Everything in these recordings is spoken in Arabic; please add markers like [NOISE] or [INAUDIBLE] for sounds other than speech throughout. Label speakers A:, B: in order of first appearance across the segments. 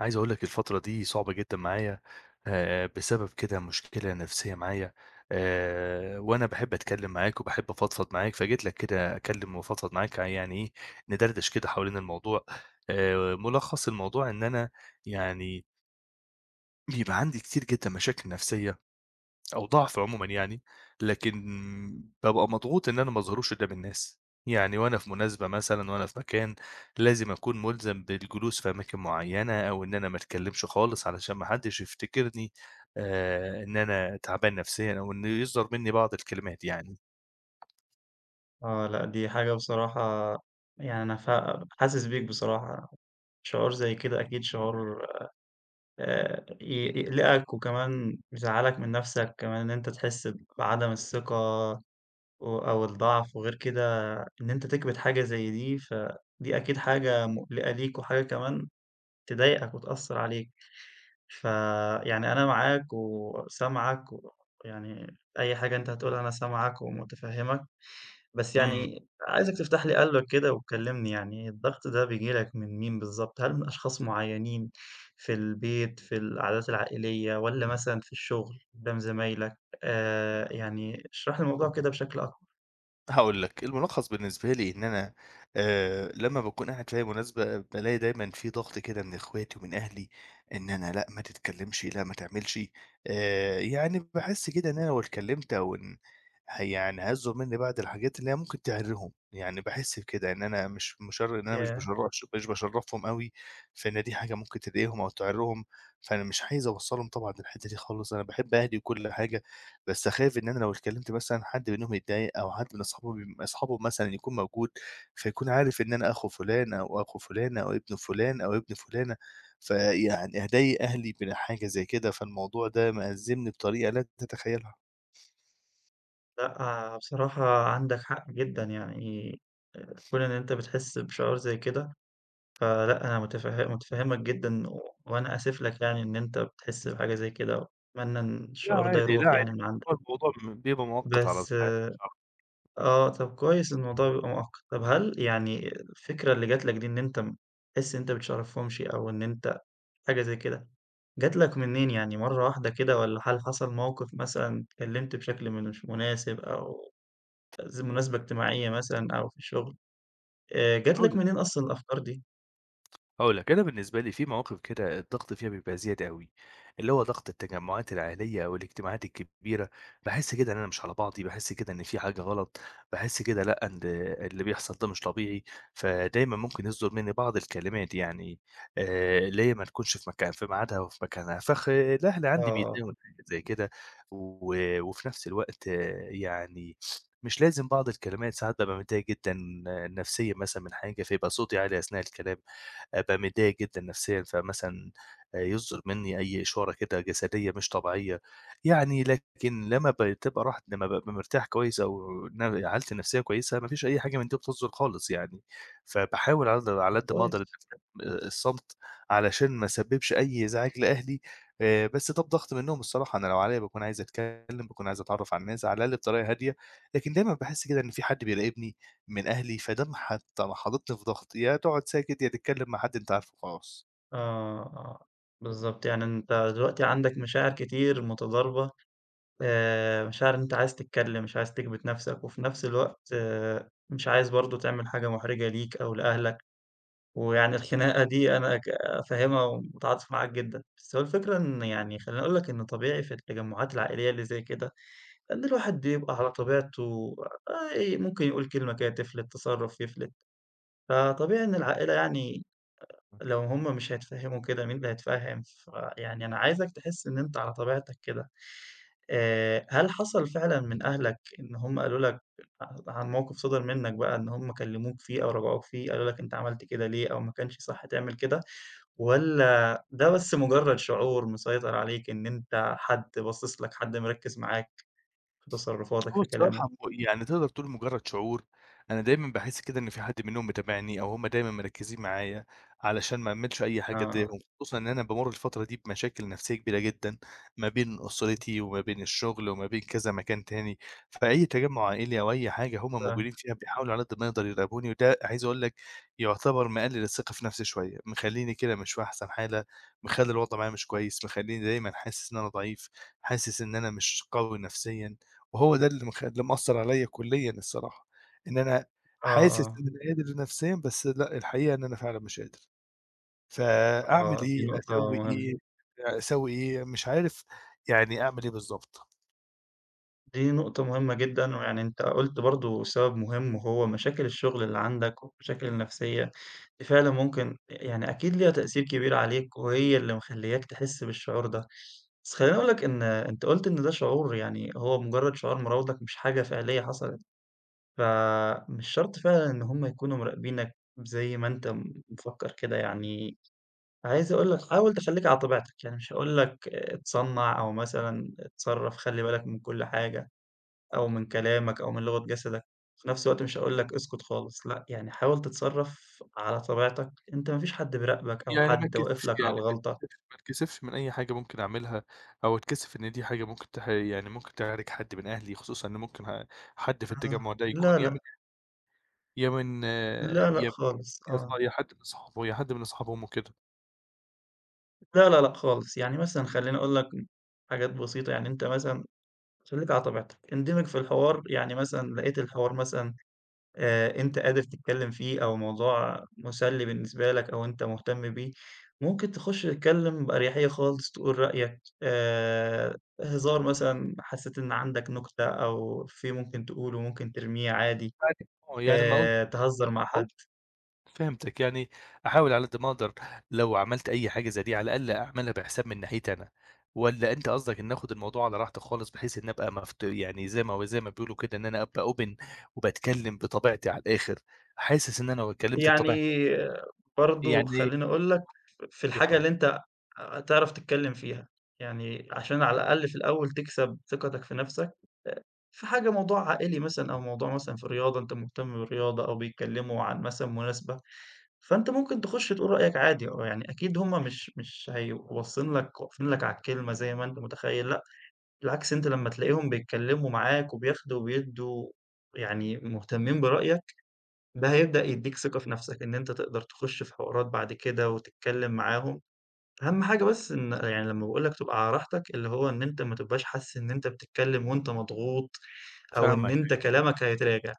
A: عايز أقول لك الفترة دي صعبة جدًا معايا. بسبب كده مشكلة نفسية معايا. وأنا باحب أتكلم معاك وباحب أفضفض معاك، فجيت لك كده أكلم وأفضفض معاك يعني إيه، ندردش كده حوالين الموضوع. ملخص الموضوع إن أنا يعني بيبقى عندي كتير جدًا مشاكل نفسية أو ضعف عمومًا يعني، لكن بابقى مضغوط إن أنا ما أظهرُوش قدّام الناس، يعني وأنا في مناسبة مثلًا، وأنا في مكان، لازم أكون ملزم بالجلوس في أماكن معيّنة، أو إن أنا ما أتكلّمش خالص علشان ما حدّش يفتكرني إن أنا تعبان نفسيًا، أو إنه يصدر منّي بعض الكلمات يعني.
B: آه لأ، دي حاجة بصراحة يعني أنا حاسس بيك بصراحة، شعور زي كده أكيد شعور ي يقلقك وكمان يزعّلك من نَفْسك، كمان إن أنت تحس بعدم الثقة أو الضعف وغير كده إن أنت تكبِت حاجة زي دي، فدي أكيد حاجة مقلقة ليك وحاجة كمان تضايقك وتأثّر عليك. فيعني أنا معاك وسامعك ويعني أي حاجة أنت هتقولها أنا سامعك ومتفهّمك، بس
A: إمم.
B: يعني عايزك تفتح لي قلبك كده وتكلّمني يعني الضغط ده بييجي لك من مين بالضبط؟ هل من أشخاص معيّنين في البيت، في العادات العائلية والّا مثلًا في الشغل قدّام زمايلك؟ يعني اشرح لي الموضوع كده بشكل أكتر.
A: هاقول لك، الملخص بالنسبة لي إن أنا لمّا باكون قاعد في أي مناسبة بالاقي دايمًا في ضغط كده من إخواتي ومن أهلي، إن أنا لأ ما تتكلمش، لأ ما تعملش. يعني باحس كده إن أنا لو اتكلمت أو إن يعني هيزعوا مني بعض الحاجات اللي هي ممكن تعِرّهم، يعني باحس بكده إن أنا مش مشر إن أنا
B: ياه!
A: مش باشرّفهم أوي، فإن دي حاجة ممكن تضايقهم أو تعِرّهم، فأنا مش عايز أوصّلهم طبعًا للحتّة دي خالص، أنا باحب أهلي وكل حاجة. بس أخاف إن أنا لو اتكلّمت مثلًا حد منهم يتضايق أو حد من أصحابه بم أصحابه مثلًا يكون موجود، فيكون عارف إن أنا أخو فُلان أو أخو فُلانة أو ابن فُلان أو ابن فُلانة، فيعني هاضايق أهلي من حاجة زي كده، فالموضوع ده مأزّمني بطريقة لا تتخيّلها.
B: لأ بصراحة عندك حق جدًا يعني كون إن أنت بتحس بشعور زي كده فلأ، أنا متفهّمك جدًا وأنا آسف لك يعني إن أنت بتحس بحاجة زي كده، وأتمنى إن
A: لأ
B: الشعور ده
A: عادي، لأ
B: يروح يعني
A: عادي،
B: من عندك.
A: هو الموضوع بيبقى مؤقت على
B: بس
A: ساعات مش على. إمم،
B: آه، طب كويس إن الموضوع بيبقى مؤقت. طب هل يعني الفكرة اللي جات لك دي إن أنت تحس إن أنت بتشاركهمش أو إن أنت حاجة زي كده، جات لك منين يعني مرّة واحدة كده والّا هل حصل موقف مثلًا اتكلمت بشكل مش مناسب أو مناسبة اجتماعية مثلًا أو في الشغل؟ جات
A: هاقول
B: لك
A: لك.
B: منين أصلًا الأفكار دي؟
A: هاقول لك، أنا بالنسبة لي في مواقف كده الضغط فيها بيبقى زيادة أوي، اللي هو ضغط التجمعات العائلية أو الاجتماعات الكبيرة، باحس كده إن أنا مش على بعضي، باحس كده إن في حاجة غلط، باحس كده لأ، إن اللي بيحصل ده مش طبيعي، فدايمًا ممكن يصدر مني بعض الكلمات يعني. اللي هي ما تكونش في مكان في ميعادها وفي مكانها، الأهل عندي
B: آه،
A: بيتضايقوا من حاجات زي كده. و وفي نفس الوقت يعني مش لازم بعض الكلمات، ساعات بابقى متضايق جدًا نفسيًا مثلًا من حاجة، فيبقى صوتي عالي أثناء الكلام. أبقى متضايق جدًا نفسيًا، فمثلًا يصدر منّي أي إشارة كده جسدية مش طبيعية، يعني لكن لمّا بتبقى راحت لمّا بابقى مرتاح كويس أو حالتي النفسية كويسة، ما فيش أي حاجة من دي بتصدر خالص يعني، فباحاول على قد
B: طب
A: على قد ما أقدر
B: كويس.
A: الصمت علشان ما أسبّبش أي إزعاج لأهلي. بس ده بضغط منّهم الصراحة، أنا لو عليّا باكون عايز أتكلّم، باكون عايز أتعرّف على الناس على الأقل بطريقة هادية، لكن دايمًا باحس كده إن في حد بيراقبني من أهلي، فده ما حاططني في ضغط، يا تقعد ساكت يا تتكلم مع حد أنت عارفه وخلاص.
B: آه، آه، بالضبط، يعني أنت دلوقتي عندك مشاعر كتير متضاربة، مشاعر إن أنت عايز تتكلم، مش عايز تكبت نفسك، وفي نفس الوقت مش عايز برضه تعمل حاجة محرجة ليك أو لأهلك، ويعني الخناقة دي أنا فاهمها ومتعاطف معاك جدًا، بس هو الفكرة إن يعني خلّيني أقول لك إن طبيعي في التجمعات العائلية اللي زي كده، إن الواحد بيبقى على طبيعته، ممكن يقول كلمة كده تفلت، تصرُّف يفلت، فطبيعي إن العائلة يعني لو هم مش هيتفهموا كده مين اللي هيتفهم؟ فيعني أنا عايزك تحس إن أنت على طبيعتك كده، هل حصل فعلًا من أهلك إن هم قالوا لك عن موقف صدر منك بقى إن هم كلموك فيه أو راجعوك فيه، قالوا لك أنت عملت كده ليه أو ما كانش صح تعمل كده، والّا ده بس مجرد شعور مسيطر عليك إن أنت حد باصص لك، حد مركز معاك في تصرفاتك
A: هو
B: في كلامك؟
A: الصراحة يعني تقدر تقول مجرّد شعور، أنا دايمًا باحس كده إن في حد منهم متابعني أو هُم دايمًا مركّزين معايا، علشان ما أعملش أي حاجة
B: آه،
A: تضايقهم، خصوصًا إن أنا بامُر الفترة دي بمشاكل نفسية كبيرة جدًا، ما بين أسرتي وما بين الشغل وما بين كذا مكان تاني، فأي تجمُّع عائلي أو أي حاجة هُم
B: فاهم،
A: موجودين فيها بيحاولوا على قد ما يقدر يراقبوني، وده عايز أقول لك يعتبر مقلِّل الثقة في نفسي شوية، مخلّيني كده مش في أحسن حالة، مخلّي الوضع معايا مش كويس، مخلّيني دايمًا حاسس إن أنا ضعيف، حاسس إن أنا مش قوي نفسيًا. وهو ده اللي مأثّر عليّا كليًا الصراحة، إن أنا
B: آه،
A: حاسس
B: آه،
A: إن أنا قادر نفسيًا بس لأ، الحقيقة إن أنا فعلًا مش قادر، فأعمل
B: آه، دي
A: إيه،
B: نقطة
A: أسوّي
B: مهمة.
A: إيه، أسوّي إيه، مش عارف يعني أعمل إيه بالضبط.
B: دي نقطة مهمة جدًا، ويعني أنت قُلت برضه سبب مهم وهو مشاكل الشغل اللي عندك والمشاكل النفسية، دي فعلًا ممكن يعني أكيد ليها تأثير كبير عليك وهي اللي مخلّياك تحس بالشعور ده. بس خلّيني أقول لك إن أنت قُلت إن ده شعور يعني هو مجرد شعار مراودك مش حاجة فعلية حصلت، فمش شرط فعلًا إن هم يكونوا مراقبينك زي ما أنت مفكّر كده يعني. عايز أقول لك حاول تخلّيك على طبيعتك، يعني مش هاقول لك اتصنّع أو مثلًا اتصرّف خلّي بالك من كل حاجة. أو من كلامك أو من لغة جسدك، في نفس الوقت مش هاقول لك اسكت خالص، لأ، يعني حاول تتصرّف على طبيعتك، أنت ما فيش حد بيراقبك أو
A: يعني ما
B: حد واقف
A: اتكسفش
B: لك
A: يعني
B: على
A: ما
B: الغلطة،
A: اتكسفش ما اتكسفش من أي حاجة ممكن أعملها، أو اتكسف إن دي حاجة ممكن تح يعني ممكن تحرج حد من أهلي، خصوصًا إن ممكن حد في
B: آه،
A: التجمُّع ده يكون
B: لا،
A: يا من
B: لأ،
A: يا من آه،
B: لا، لأ
A: يا
B: خالص،
A: يا ص
B: آه،
A: يا حد من صحابه يا حد من أصحاب أمه كده،
B: لا، لا، لأ خالص، يعني مثلًا خلّيني أقول لك حاجات بسيطة، يعني أنت مثلًا خلّيك على طبيعتك، اندمج في الحوار، يعني مثلًا لقيت الحوار مثلًا، انت قادر تتكلم فيه او موضوع مسلي بالنسبة لك او انت مهتم بيه، ممكن تخش تتكلم بأريحية خالص تقول رأيك. هزار مثلا حسيت ان عندك نكتة او ممكن تقوله ممكن ترميه عادي،
A: يعني يعني ما أقولش
B: آه،
A: ما
B: تهزر مع حد.
A: أقولش فهمتِك، يعني أحاول على قد ما أقدر لو عملت أي حاجة زي دي، على الأقل أعملها بحساب من ناحيتي أنا، والّا أنت قصدك إن آخد الموضوع على راحتي خالص، بحيث إني أبقى مفت يعني زي ما بيقولوا كده إن أنا أبقى open وباتكلم بطبيعتي على الآخر، حاسس إن أنا لو اتكلمت بطبيعتي
B: يعني برضه
A: يعني
B: خلّيني أقول لك في الحاجة
A: يحرج،
B: اللي أنت هتعرف تتكلّم فيها، يعني عشان على الأقل في الأول تكسب ثقتك في نَفْسك، آآ، في حاجة موضوع عائلي مثلًا أو موضوع مثلًا في الرياضة أنت مهتم بالرياضة أو بيتكلّموا عن مثلًا مناسبة، فأنت ممكن تخُش تقول رأيك عادي. يعني أكيد هُم مش هيبقوا باصّين لك واقفين لك على الكلمة زي ما أنت متخيّل، لأ بالعكس أنت لمّا تلاقيهم بيتكلّموا معاك وبياخدوا وبيدّوا يعني مهتمين برأيك، ده هيبدأ يدّيك ثقة في نفسك، إن أنت تقدر تخش في حوارات بعد كده وتتكلم معاهم، أهم حاجة بس إن يعني لمّا باقول لك تبقى على راحتك، اللي هو إن أنت ما تبقاش حاسس إن أنت بتتكلم وأنت مضغوط، أو إن
A: فاهمك،
B: أنت
A: يعني
B: كلامك هيتراجع،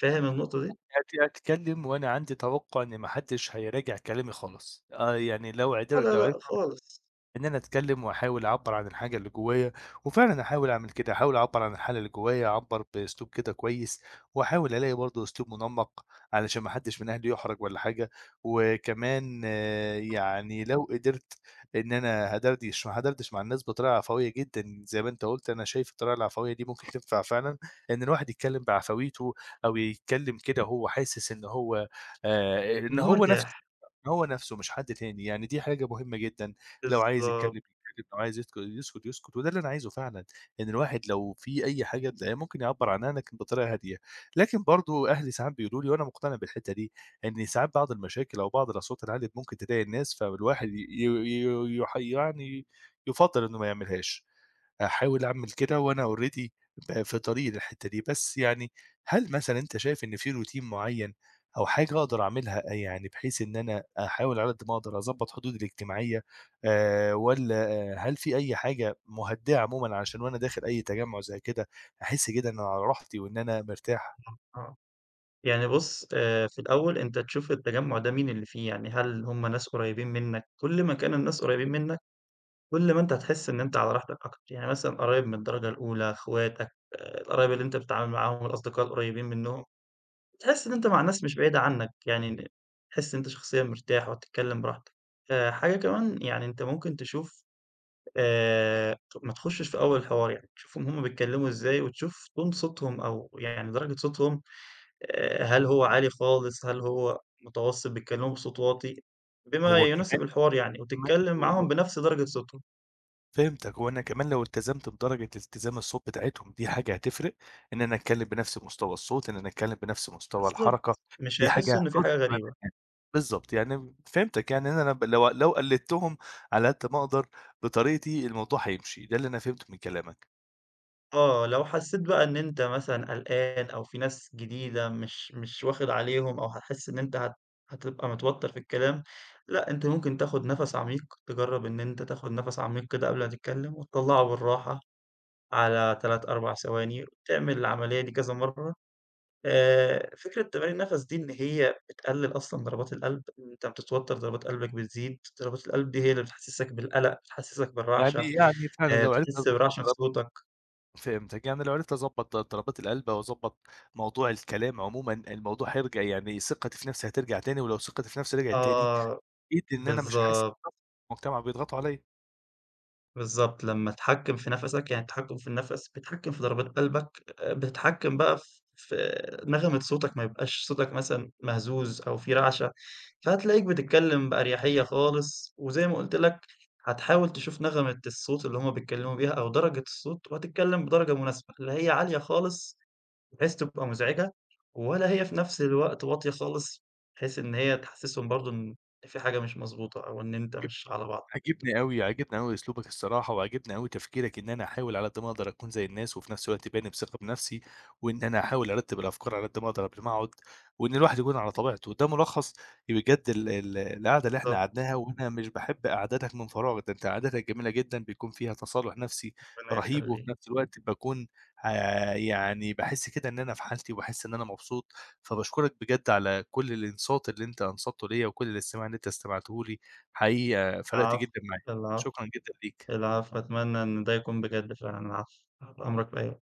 B: فاهم النقطة دي؟
A: هاتكلم وأنا عندي توقع إن ما حدش هيراجع كلامي خالص، آه يعني
B: آه، لا،
A: لو عرفت
B: لأ خالص،
A: إن أنا أتكلّم وأحاول أعبّر عن الحاجة اللي جوّايا، وفعلًا أحاول أعمل كده، أحاول أعبّر عن الحالة اللي جوّايا، أعبّر بأسلوب كده كويس، وأحاول ألاقي برضه أسلوب منمّق علشان ما حدّش من أهلي يُحرج ولا حاجة، وكمان آه، يعني لو قدرت إن أنا هادردش مع الناس بطريقة عفوية جدًا زي ما أنت قُلت، أنا شايف الطريقة العفوية دي ممكن تنفع فعلًا، إن الواحد يتكلّم بعفويته أو يتكلّم كده وهو حاسس إن
B: إن هو
A: هو نَفْسه،
B: مرتاح،
A: إن هو نَفْسه مش حد تاني، يعني دي حاجة مهمة جدًا. لو عايز يتكلم
B: بالضبط،
A: يتكلم، لو عايز يسكت يسكت، وده اللي أنا عايزه فعلًا، إن الواحد لو في أي حاجة تلاقيه ممكن يعبّر عنها لكن بطريقة هادية، لكن برضه أهلي ساعات بيقولوا لي وأنا مقتنع بالحتة دي، إن ساعات بعض المشاكل أو بعض الأصوات العالية ممكن تضايق الناس، فالواحد ي ي ي يح يعني يُفضّل إنه ما يعملهاش. هاحاول أعمل كده وأنا already في طريقي للحتّة دي، بس يعني هل مثلًا أنت شايف إن في روتين معيّن أو حاجة أقدر أعملها يعني بحيث إن أنا أحاول على قد ما أقدر أضبّط حدودي الاجتماعية والّا هل في أي حاجة مهدّئة عمومًا عشان وأنا داخل أي تجمُّع زي كده أحس كده إن أنا على راحتي وإن أنا مرتاح؟
B: آه، يعني بُص، في الأول أنت تشوف التجمُّع ده مين اللي فيه، يعني هل هُم ناس قريبين منك؟ كل ما كان الناس قريبين منك كل ما أنت هتحس إن أنت على راحتك أكتر، يعني مثلًا قرايب من الدرجة الأولى، أخواتك، القرايب اللي أنت بتتعامل معاهم، الأصدقاء القريبين منهم، تحس إن أنت مع ناس مش بعيدة عنك، يعني تحس إن أنت شخصيًا مرتاح وهتتكلم براحتك. حاجة كمان يعني أنت ممكن تشوف، آآ ما تخشش في أول الحوار، يعني تشوفهم هُم بيتكلموا إزاي وتشوف تون صوتهم أو يعني درجة صوتهم، هل هو عالي خالص، هل هو متوسط، بيتكلموا بصوت واطي، بما
A: هو
B: يناسب
A: كمان
B: الحوار يعني، وتتكلم معاهم بنفس درجة صوتهم.
A: فهمتك، وأنا كمان لو التزمت بدرجة التزام الصوت بتاعتهم دي حاجة هتفرق، إن أنا أتكلم بنفس مستوى الصوت، إن أنا أتكلم بنفس مستوى الحركة،
B: بالضبط، مش
A: دي حاجة
B: هيحسّوا إن في حاجة غريبة.
A: [LAUGHS] بالضبط، يعني فهمتك، يعني إن أنا ب لو لو قلدتهم على قد ما أقدر بطريقتي الموضوع هيمشي، ده اللي أنا فهمته من كلامك،
B: آه، لو حسّيت بقى إن أنت مثلًا قلقان أو في ناس جديدة مش واخد عليهم أو هتحس إن أنت هتبقى متوتّر في الكلام، لأ، أنت ممكن تاخُد نَفَس عميق، تجرّب إن أنت تاخُد نَفَس عميق كده قبل ما تتكلم وتطلّعه بالراحة على 3، 4 ثواني، تعمل العملية دي كذا مرّة. فكرة تمارين النَفَس دي إن هي بتقلِّل أصلًا ضربات القلب، إن أنت بتتوتّر ضربات قلبك بتزيد، ضربات القلب دي هي اللي بتحسّسك بالقلق، بتحسّسك
A: يعني
B: بالرعشة،
A: يعني فعلًا لو عرفت
B: بتحس برعشة في
A: أضبط
B: صوتك.
A: فهمتك، يعني لو عرفت أضبط ضربات القلب أو أضبط موضوع الكلام عمومًا، الموضوع هيرجع يعني ثقتي في نفسي هترجع تاني، ولو ثقتي في نفسي رجعت تاني،
B: آه،
A: أكيد إن أنا مش هاحس
B: بالضبط.
A: المجتمع بيضغطوا عليَّ.
B: بالضبط، لمّا تحكّم في نَفَسك، يعني التحكّم في النَفَس، بتحكّم في ضربات قلبك، بتحكّم بقى في نغمة صوتك، ما يبقاش صوتك مثلًا مهزوز أو في رعشة، فهتلاقيك بتتكلّم بأريحية خالص، وزي ما قُلت لك هتحاول تشوف نغمة الصوت اللي هُم بيتكلّموا بيها أو درجة الصوت، وهتتكلّم بدرجة مناسبة، لا هي عالية خالص بحيث تبقى مزعجة، ولا هي في نَفْس الوقت واطية خالص بحيث إن هي تحسّسهم برضه إن في حاجة مش مضبوطة أو إن أنت
A: عاجب
B: مش على بعض.
A: عاجبني أوي، عاجبني أوي أسلوبك الصراحة، وعاجبني أوي تفكيرك إن أنا أحاول على قد ما أقدر أكون زي الناس، وفي نفس الوقت باني بثقة بنفسي، وإن أنا أحاول أرتب الأفكار على قد ما أقدر قبل ما أقعد، وإن الواحد يكون على طبيعته، ده ملخص بجد ال ال القعدة اللي إحنا
B: بالضبط،
A: قعدناها، وأنا مش باحب قعداتك من فراغ، ده أنت قعداتك جميلة جدًا، بيكون فيها تصالح نفسي
B: ربنا
A: رهيب، وفي
B: يخلّيك.
A: نفس الوقت باكون يعني باحس كده إن أنا في حالتي، وباحس إن أنا مبسوط، فباشكرك بجد على كل الإنصات اللي أنت أنصتّه ليّا، وكل الاستماع اللي أنت استمعته لي، حقيقي فرقتِ
B: العفو،
A: جدًا معايا،
B: العفو،
A: شكرًا جدًا ليكِ.
B: العفو، أتمنى إن ده يكون بجد فعلًا، العفو، تحت أمرك في أي